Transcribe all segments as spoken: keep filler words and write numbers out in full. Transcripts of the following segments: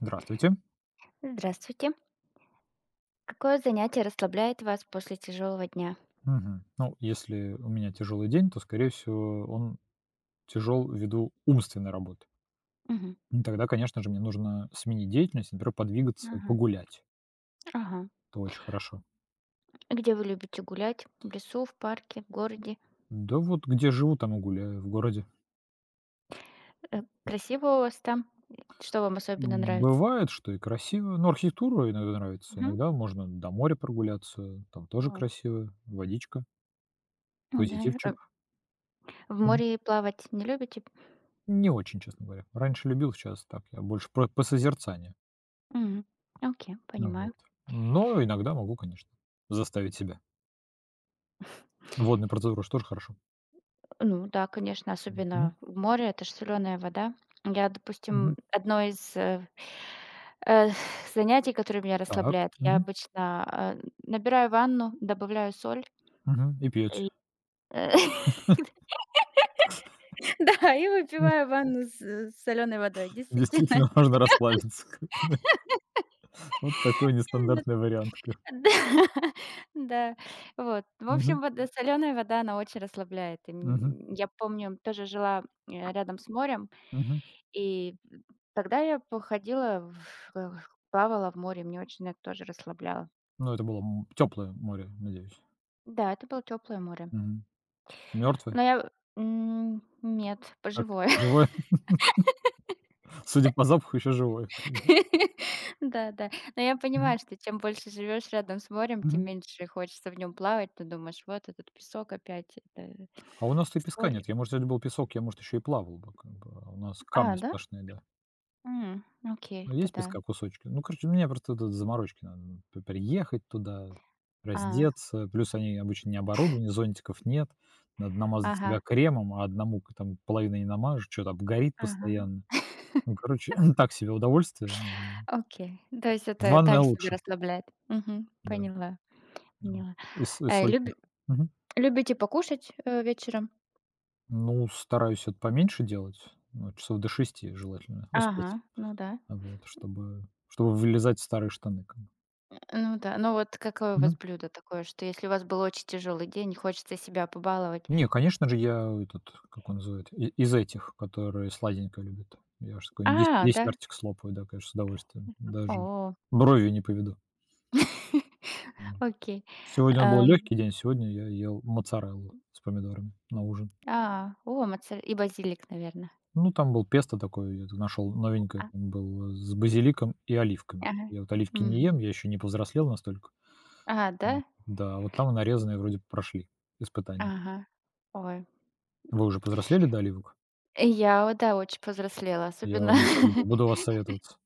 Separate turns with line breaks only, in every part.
Здравствуйте.
Здравствуйте. Какое занятие расслабляет вас после тяжелого дня?
Мгм. Ну, если у меня тяжелый день, то, скорее всего, он тяжел ввиду умственной работы.
Мгм.
Ну, тогда, конечно же, мне нужно сменить деятельность, например, подвигаться,
Мгм.
погулять.
Ага.
Это очень хорошо.
Где вы любите гулять? В лесу, в парке, в городе?
Да вот где живу, там и гуляю в городе.
Э, красиво у вас там? Что вам особенно
М,
нравится?
Бывает, что и красиво. Ну, архитектура иногда нравится.
Мгм.
Иногда можно до моря прогуляться. Там тоже
О,
красиво. Водичка,
да. Э,
позитивчик.
В
М,
море плавать не любите?
Не очень, честно говоря. Раньше любил, сейчас так. Я больше про- по созерцанию.
Мгм. Окей,
Ну
понимаю.
вот. Но иногда могу, конечно, заставить себя. Водные процедуры ж тоже хорошо.
Ну да, конечно,
Мгм,
особенно в море, это же соленая вода. Я, допустим,
мгм.
одно из э, э, занятий, которое меня
Так.
расслабляет, я
Мгм,
обычно э, набираю ванну, добавляю соль.
мгм. И пьете.
И э Да, и
М,
выпиваю ванну с соленой водой, действительно.
действительно, можно расслабиться. Как бы вот такой
Именно так.
нестандартный вариант, как
Да, да. Вот. В
Мгм,
общем, вода соленая вода, она очень расслабляет. И
мгм,
м я помню, тоже жила, э, рядом с морем,
мгм.
и тогда я походила в эх, плавала в море, мне очень это тоже расслабляло.
Ну, это было, теплое море, надеюсь.
Да, это было теплое море.
Мертвое? Мёртвое?
Но я, м, нет, по
Живое? Судя по запаху, еще живое. Как бы.
Да, да. Но я
Мгм,
понимаю, что чем больше живешь рядом с морем, тем
мгм.
меньше хочется в нем плавать. Ты думаешь, вот этот песок опять, это
А у нас-то и песка
соль.
нет. Я, может, если бы был песок, я, может, еще и плавал бы, как бы, а у нас
А,
камни
да?
сплошные, да.
М, окей,
Ну, есть
тогда.
песка кусочки? Ну, короче, мне просто тут заморочки надо. П приехать туда,
А,
раздеться. Плюс они обычно не оборудованы, зонтиков нет. Надо намазать
ага,
себя кремом, а одному к там половина не намажешь, что то обгорит
ага.
постоянно. Ну, короче, так себе удовольствие. Ну,
Окей. То есть это
ванная
так себе
лучше,
расслабляет. Мгм,
да.
поняла,
Вот.
поняла.
И с и
Э,
соль
люби
тоже. Мгм.
любите покушать, э, вечером?
Ну, стараюсь это поменьше делать. Ну, часов до шести желательно
Ага,
успеть.
ну да.
Вот, чтобы чтобы вылезать в старые штаны как бы.
Ну да. Ну вот какое у вас блюдо такое, что если у вас был очень тяжелый день, хочется себя побаловать?
Не, конечно же, я этот, как он называет, и из этих, которые сладенькое любят. Я ж такой десять
А, да?
десертик слопаю, да, конечно, с удовольствием. Даже
О.
бровью не поведу. Вот.
Окей.
Сегодня был
Ам,
легкий день, сегодня я ел моцареллу с помидорами на ужин.
а, о, моцарелла и базилик, наверное.
Ну, там был песто такое, я нашел новенькое, там было с базиликом и оливками.
Ага.
Я вот оливки не ем,
Мгм.
я еще не повзрослел настолько.
А, да?
М, да, вот там нарезанные вроде прошли испытания.
Ага. Ой,
Вы уже повзрослели до оливок?
я вот, да, очень повзрослела,
Я
особенно
вам завидую, буду у вас советоваться.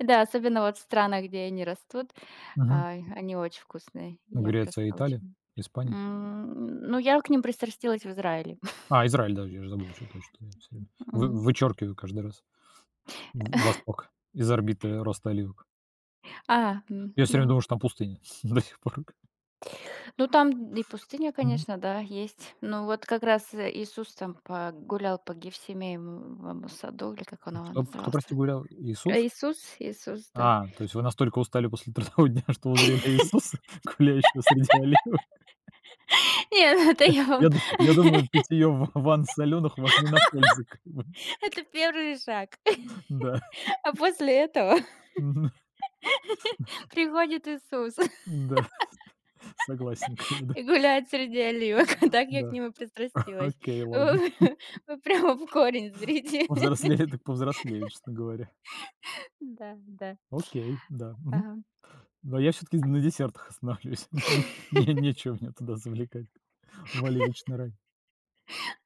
да, особенно вот в странах, где они растут,
Мгм.
а, они очень вкусные. Я просто
Греция, Италия,
очень,
Испания.
м, ну, я к ним пристрастилась в Израиле.
А, Израиль, да, я же забыл, что точно я всё время вы
Мгм.
вычеркиваю каждый раз в восток из орбиты роста оливок.
А, м,
Я все
ну
время думал, что там пустыня до сих пор.
Ну, там и пустыня,
Мгм.
конечно, да, есть. Ну, вот как раз, э, Иисус там погулял по Гефсимеевому саду, или как он его
Кто кто, прости,
назывался.
гулял?
Э,
Иисус?
Иисус, Иисус, да.
А, то есть вы настолько устали после трудового дня, что узрели Иисуса, гуляющего среди оливок?
Нет, это я вам
Я ду я думаю, питье в ванн соленых вам не на пользу, как бы.
это первый шаг.
Да,
А после этого
мгм,
приходит Иисус
да, согласен, как бы, да.
и гуляет среди оливок. Так я к
Да,
нему пристрастилась.
окей, ладно.
Вы прямо в корень зрите.
Повзрослели, так повзрослею, честно говоря.
Да, да.
Окей, да. Мгм.
Ага.
Но я все таки на десертах останавливаюсь. Не не нечего меня туда завлекать, в оливочный рай.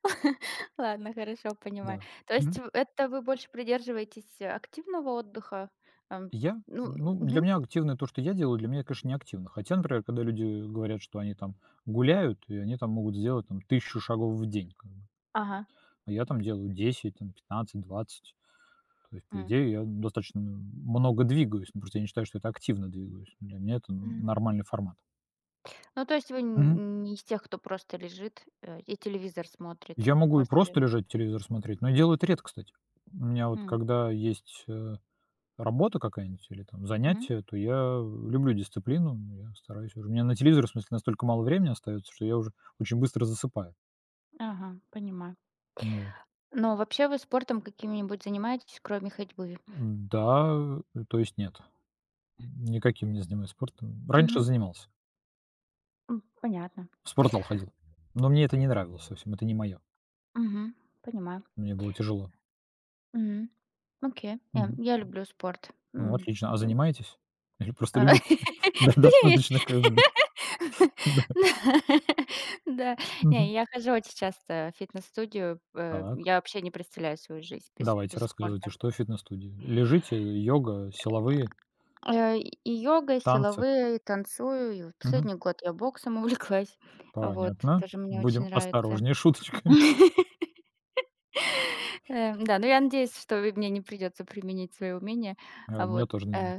Ладно, хорошо, понимаю.
Да.
То есть
Мгм.
в это вы больше придерживаетесь э, активного отдыха? Ам,
Я?
ну,
Ну, для
мгм.
меня активное то, что я делаю, для меня конечно, не активно. Хотя, например, когда люди говорят, что они там гуляют, и они там могут сделать там тысячу шагов в день, как бы.
Ага.
А я там делаю десять, там пятнадцать, двадцать. То есть, по
М.
идее, я достаточно много двигаюсь, но просто я не считаю, что это активно двигаюсь. Для меня это
Мгм.
нормальный формат.
Ну, то есть вы
Мгм.
н не из тех, кто просто лежит, э, и телевизор смотрит
Я могу и
после?
просто лежать, телевизор смотреть, но я делаю это редко, кстати. У меня вот
М.
когда есть, э, работа какая-нибудь или там
Мгм.
занятие, то я люблю дисциплину, я стараюсь уже. У меня на телевизор, в смысле, настолько мало времени остается, что я уже очень быстро засыпаю.
Ага, понимаю.
Ну вот.
Но вообще вы спортом каким-нибудь занимаетесь, кроме ходьбы?
Да, э, то есть нет, никаким не занимаюсь спортом. Раньше
Мгм.
занимался,
М, понятно.
в спортзал ходил, но мне это не нравилось совсем, это не мое,
Мгм. Понимаю.
мне было тяжело.
Мгм. Окей. Я
Мгм.
я люблю спорт.
Ну,
М.
отлично. А занимаетесь? Или просто
А,
любите? Да,
не.
достаточно как бы, да.
Да.
Мгм.
Не, я хожу очень часто в фитнес-студию. Э,
Так.
я вообще не представляю свою жизнь без
Давайте,
без
рассказывайте,
спорта.
что в фитнес-студии? Лежите, йога, силовые,
Э, и и йога, и
танцы?
силовые, и танцую. И вот
Мгм.
последний год я боксом увлеклась. Вот,
Понятно.
тоже мне очень
Будем
нравится.
осторожнее с шуточками.
Э, да, ну я надеюсь, что и мне не придется применить свои умения.
А,
А
у меня
вот,
тоже, надеюсь.
э,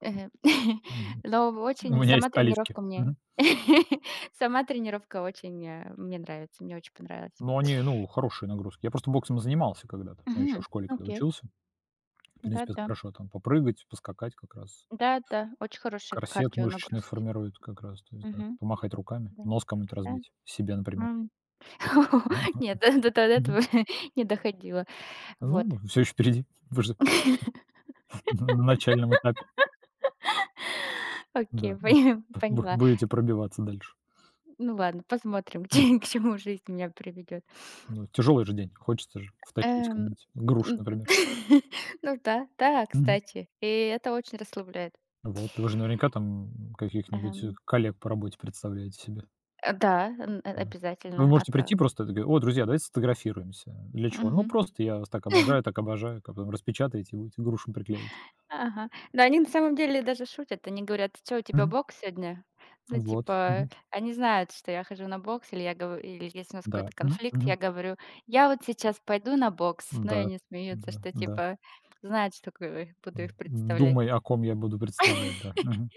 мгм.
Мгм.
Но
У
очень
меня есть
сама
оливки.
тренировка мне
Мгм.
сама тренировка очень, э, мне нравится, мне очень понравилась.
Но они, ну, хорошие нагрузки. Я просто боксом занимался когда-то, ну, еще в
Мгм.
школе, когда
Окей.
учился. В принципе, это
Да-да.
хорошо там попрыгать, поскакать как раз.
Да-да, очень хорошие
Корсет мышечный
кардионагрузки.
формирует как раз, то есть, да,
Мгм.
помахать руками,
Да.
нос кому-нибудь
Да.
разбить, себе, например.
М.
Мгм.
Нет, до до до этого
Мгм.
не доходило. Вот.
Ну, все еще впереди. Вы же на начальном этапе.
Окей,
Да.
поня
Б
поняла.
будете пробиваться дальше.
Ну ладно, посмотрим,
Мгм.
к чему жизнь меня приведет.
Ну, тяжелый же день, хочется же втащить
Эм,
кому-нибудь
м,
груши, например.
ну да, да,
Мгм.
кстати, и это очень расслабляет.
Вот, вы же наверняка там каких-нибудь, э,
Эм,
коллег по работе представляете себе,
э, да, н э,
да. Вы
обязательно, а
можете
то.
прийти просто и такие: "О, друзья, давайте сфотографируемся". Для чего? Ну,
Мгм.
просто я вас так обожаю, так обожаю, как потом распечатаете и будете грушу приклеивать.
Ага. Да, они на самом деле даже шутят. Они говорят: что у тебя
Мгм.
бокс сегодня?" Ну,
Вот.
типа,
Мгм.
они знают, что я хожу на бокс, или я гов или если у нас
Да.
какой-то
Мгм.
конфликт, я
Мгм.
говорю: "Я вот сейчас пойду на бокс". Но и
Да.
они смеются,
Да.
что
Да.
типа знают, что к э, буду
Да.
их представлять.
Думай, о ком я буду представлять, да. Мгм.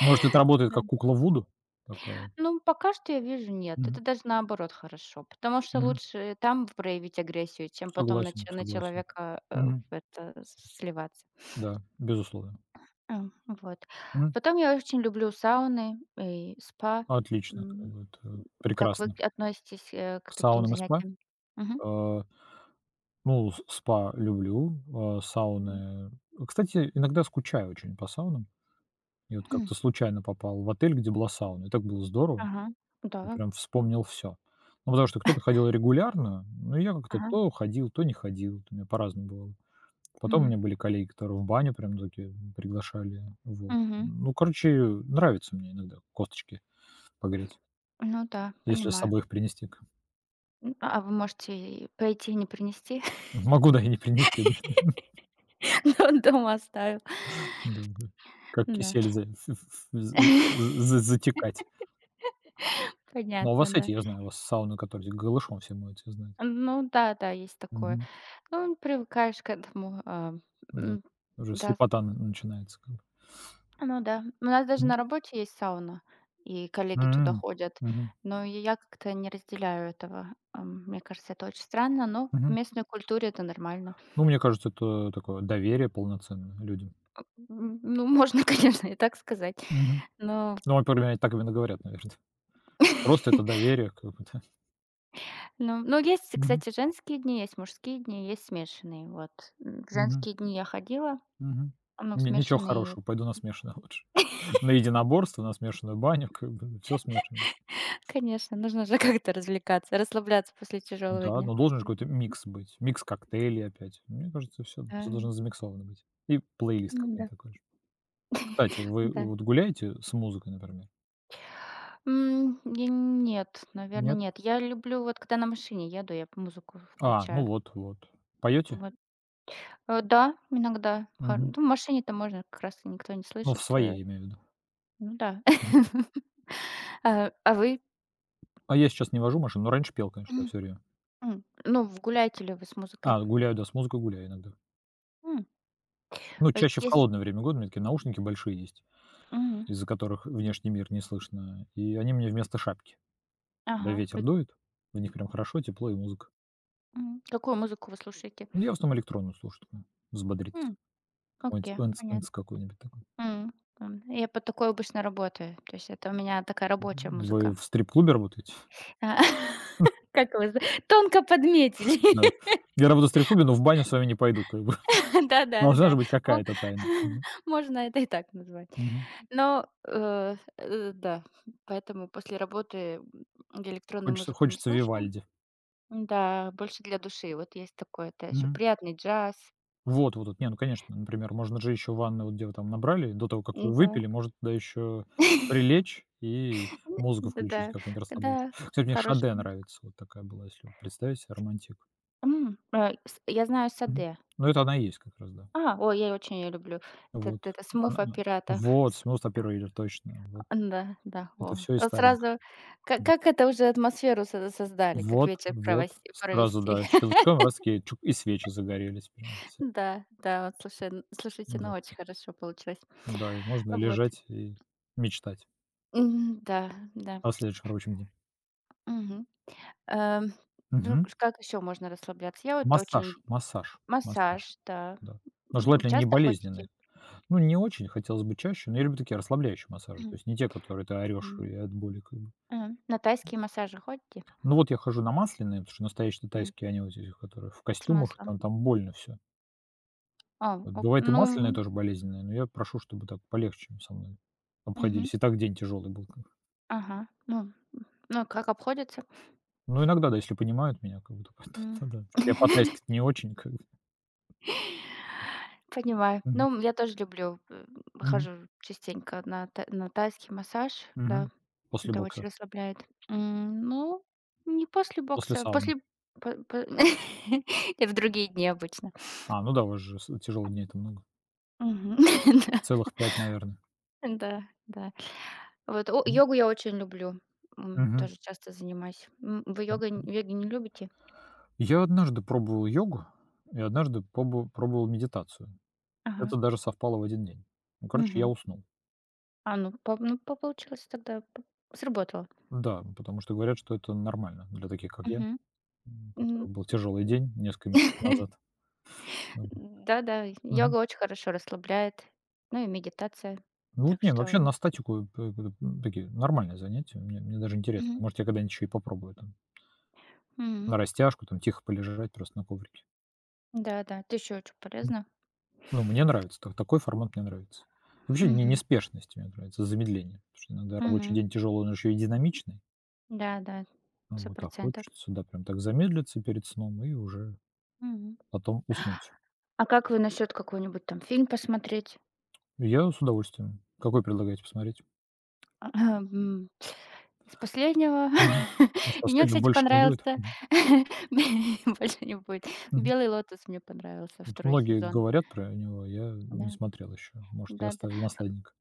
Может, это работает как
Да.
кукла Вуду такая.
Ну, пока что я вижу, нет. Это
Мгм.
даже наоборот хорошо, потому что
Мгм.
лучше там проявить агрессию, чем потом на,
Согласен,
че- на
согласен.
человека э,
Мгм.
в это с- сливаться.
Да, безусловно.
А, Вот.
Мгм.
Потом я очень люблю сауны и спа.
Отлично, как
М,
бы это
Как вы
прекрасно.
относитесь э, к
К
таким
саунам и спа?
занятиям? Мгм.
Э, ну, с спа люблю, э,
Мгм.
сауны Кстати, иногда скучаю очень по саунам. И вот
Хм.
как-то случайно попал в отель, где была сауна, и так было здорово.
Ага.
Я
Да.
прям вспомнил все. Ну, потому что кто-то ходил регулярно, но я как-то
Ага.
то ходил, то не ходил. Вот у меня по-разному бывало. Потом у
М.
меня были коллеги, которые в баню прям таки приглашали, вот.
Мгм.
Ну, короче, нравится мне иногда косточки погреть,
Ну да,
если с
понимаю.
собой их принести. К
М, А вы можете и пойти и не принести,
Могу, да, и не принести,
но он дома оставил.
да, да Как
Да,
кисель за ф ф з з з затекать. Ну, а у
понятно,
вас
да.
эти, я знаю, у вас сауны, которые голышом все моются, я знаю.
Ну да-да, есть такое.
Мгм.
Ну, привыкаешь к этому, а,
Да.
м.
Уже
Да,
слепота на начинается как бы.
ну да. У нас даже
Мгм.
на работе есть сауна, и коллеги туда
М.
ходят.
Мгм.
Но и я как-то не разделяю этого. Ам, мне кажется, это очень странно, но в
Мгм.
местной культуре это нормально.
Ну, мне кажется, это такое доверие полноценное людям.
М, ну, можно, конечно, и так сказать,
Мгм.
но
Ну, вот, по крайней мере, так именно говорят, наверное. Просто это доверие какое-то.
но но есть,
Мгм,
кстати, женские дни, есть мужские дни, есть смешанные, вот. М, в
мгм,
женские дни я ходила,
мгм.
ну,
Ни ничего
смешанные
хорошего, пойду на смешанное лучше. На единоборство, на смешанную баню, как бы всё смешано.
Конечно, нужно же как-то развлекаться, расслабляться после тяжелого
Да,
дня.
но должен же какой-то микс быть, микс коктейлей опять. Мне кажется, все
Да,
всё должно замиксовано быть. И плейлист
ну да.
какой-нибудь такой же. Кстати, вы
Да.
вот гуляете с музыкой, например?
М, я нет, наверное,
Нет?
нет. Я люблю, вот когда на машине еду, я музыку
А, ну
включаю.
вот, вот. Поёте?
Вот. Э, да, иногда. Хор ну,
Мгм.
в машине-то можно, как раз никто не
Ну, в
слышит.
своей,
Э,
я имею в виду.
ну да.
Мгм.
А, а вы,
А я сейчас не вожу машину, но раньше пел, конечно, да,
м,
всё время.
м, ну, в гуляете ли вы с
А,
музыкой?
гуляю, да, с музыкой гуляю иногда.
М,
Ну,
э,
чаще в
Если.
холодное время года, у меня такие наушники большие есть.
Мгм.
Из-за которых внешний мир не слышно, и они мне вместо шапки. Когда
Ага.
ветер
Э,
дует, в них прям хорошо, тепло и музыка.
м. Какую музыку вы слушаете?
Ну, я в основном электронную слушаю, чтобы взбодриться.
М,
Какой-нибудь
окей,
энц,
понятно.
энц какой-нибудь такой.
М, м. Я под такое обычно работаю. То есть это у меня такая рабочая
Вы
музыка.
в стрип-клубе работаете?
А, Как вы за- тонко подметили.
Да. Я работаю в стрип-клубе, но в баню с вами не пойду как бы. Должна же
Да-да-да.
быть
Мо-
какая-то тайна. Мгм.
Можно это и так назвать.
Мгм.
Но э, э, да, поэтому после работы м, я электронную
Хочется
музыку не
хочется
слушаю.
"Вивальди".
Да, больше для души. Вот есть такое. Это еще
Мгм.
приятный джаз.
Вот, вот, вот. Не, ну, конечно, например, можно же еще ванны, вот где вы там набрали, до того, как вы
Да.
выпили, может, туда еще прилечь и музыку включить
Да-да.
какую-нибудь
Да,
расслабляющую.
да,
Кстати, мне
хороший.
"Шаде"
м.
нравится, вот такая была, если вот представить себе романтик.
э, с- Я знаю
Мгм.
Саде.
Ну, это она и есть как раз, да.
А, ой, я очень её люблю. Этот
Вот.
это смуф
Она она
Operato".
Вот,
С
"Smooth Operator", точно. Вот.
да да,
Это
о.
все из
Вот
старенького.
сразу как
Да.
как это уже атмосферу со создали, как
Вот,
вечер
вот.
провоси
Сразу,
провести.
да, щелчком раз таки чук и свечи загорелись прям все.
Да, да, вот слушай, н слушайте, ну
Да,
очень хорошо получилось.
да, и можно
Вот.
лежать и мечтать
Мгм, да, да.
о следующем рабочем дне.
Мгм. Эм, ну
Мгм.
ш как еще можно расслабляться? Я вот
Массаж
очень
массаж массаж,
массаж, да.
да. Но
М,
желательно не
часто ходите?
болезненный. Ну, не очень, хотелось бы чаще, но я люблю такие расслабляющие массажи, то
М,
есть не те, которые ты орешь
м.
и от боли как бы.
А, на тайские массажи ходите?
Ну, вот я хожу на масляные, потому что настоящие
М,
тайские, они вот эти, которые в
с
костюмах,
маслом.
там там больно все.
А,
Вот
о
бывает и
ну,
масляные тоже болезненные, но я прошу, чтобы так полегче со мной
мгм.
обходились. И так день тяжелый был как бы.
Ага. Ну ну, как обходится?
Ну, иногда, да, если понимают меня, как бы
М.
то да. Я по тайски не очень как бы.
Понимаю.
Мгм,
Ну, я тоже люблю, э,
мгм,
хожу частенько на та на тайский массаж, да.
мгм. После
Это очень
бокса,
расслабляет. М, ну, не после
после
бокса,
сауны.
после по по в другие дни обычно.
А, ну да, у вас же с тяжёлых дней-то много.
Мгм.
Целых пять, наверное.
Да, да, да. Вот о
М,
йогу я очень люблю, м,
мгм.
тоже часто занимаюсь. М, вы
М.
йогой йоги не любите?
Я однажды пробовал йогу и однажды пробу пробовал медитацию.
Ага.
Это даже совпало в один день. Ну, короче, я
Мгм.
уснул.
А, ну, по ну, по получилось тогда, п сработало.
Да, потому что говорят, что это нормально для таких, как я,
Мгм.
м, у
М,
которого был тяжелый день несколько месяцев назад. Вот.
да-да,
Мгм.
йога очень хорошо расслабляет, ну и медитация.
Ну вот
Так
не,
что
вообще на статику п п м, такие нормальные занятия. Мне мне даже интересно.
мгм,
Может, я когда-нибудь ещё и попробую там
мгм.
на растяжку, там тихо полежать просто на коврике.
Да-да, это еще очень полезно.
Ну, мне нравится, та такой формат мне нравится. Вообще не
Мгм,
неспешность мне нравится, а замедление, потому что иногда рабочий
мгм.
день тяжелый, он еще и динамичный.
Да-да,
Ну вот, а
сто процентов.
хочется, да, прям так замедлиться перед сном и уже
Мгм.
потом уснуть.
А как вы насчет какой-нибудь там фильм посмотреть?
Я с удовольствием. Какой предлагаете посмотреть?
А, М, из последнего
Мгм. Из
и мне,
последнего
кстати,
больше не будет?
понравился
Мгм.
больше не будет.
Мгм.
"Белый лотос" мне понравился,
Вот
второй
многие
сезон.
говорят про него, а я не
Да.
смотрел еще. Может, я
Да-да.
оставил наследника.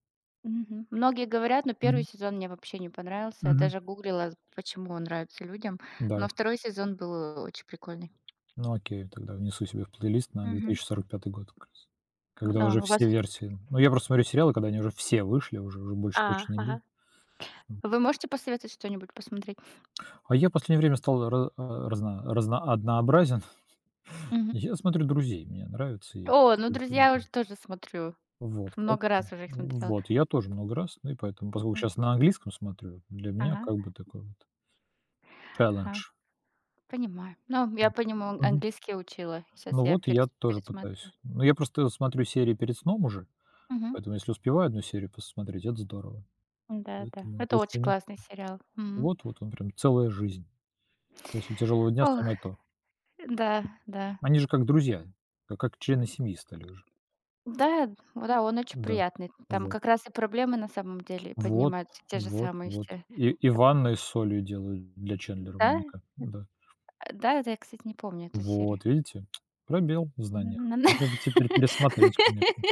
Мгм. Многие говорят, но первый
Мгм.
сезон мне вообще не понравился. Я
Мгм.
даже гуглила, почему он нравится людям. Но
Да.
второй сезон был очень прикольный.
Ну, окей, тогда внесу себе в плейлист на
Мгм.
две тысячи сорок пятый год как раз. Когда уже
Да, у вас.
все версии. Ну, я просто смотрю сериалы, когда они уже все вышли, уже уже больше
А,
точно не
ага.
будет.
Вы можете посоветовать что-нибудь посмотреть?
А я в последнее время стал ра а, разно разно однообразен.
Мгм.
Я смотрю "Друзей", мне нравится, и
О, ну
сколько-
"Друзья"
да.
уже тоже смотрю.
Вот,
Много раз
поэтому
уже их смотрела.
Вот, я тоже много раз, ну и поэтому, поскольку
М.
сейчас на английском смотрю, для меня
Ага,
как бы такой вот челлендж.
ага, понимаю. Ну, я
М.
понимаю,
Мгм.
английский учила. Сейчас
Ну
я
вот, и я
перес
тоже пытаюсь.
пересматриваю.
Ну, я просто смотрю серии перед сном уже,
Мгм.
поэтому если успеваю одну серию посмотреть, это здорово.
Да, да.
Поэтому,
Это очень
если нет
классный сериал. Мгм.
вот вот он прям целая жизнь. После тяжелого дня
Ох,
самое то.
да, да.
Они же как друзья, как как члены семьи стали уже.
Да, да, он очень
Да.
приятный. Там
Вот.
как раз и проблемы на самом деле
Вот,
поднимаются те же
вот,
самые
вот.
все.
И и
Такой,
ванны с солью делают для Чендлера
да?
Моника. Да.
Да, это я, кстати, не помню эту серию.
Вот, видите? Пробел в знаниях.
Н
Надо бы теперь пересмотреть, конечно.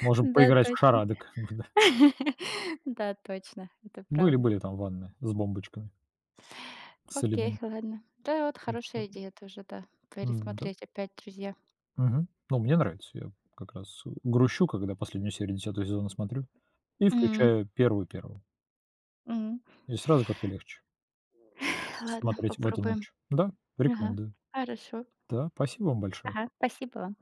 Можем
Да,
поиграть в
точно.
шарадок. Да.
Да, точно, это
Были
правда.
были там ванны с бомбочками
Окей,
соляными.
ладно. Да, вот
Так
хорошая
что,
идея тоже, да,
м-да.
пересмотреть опять "Друзья".
Мгм. Ну, мне нравится. Я как раз грущу, когда последнюю серию десятого сезона смотрю. И
М,
включаю первую-первую.
м.
И сразу как-то легче
Ладно,
смотреть в эту
попробуем.
ночь. Да,
Ага,
рекомендую.
хорошо.
Да, спасибо вам большое.
Ага, спасибо вам.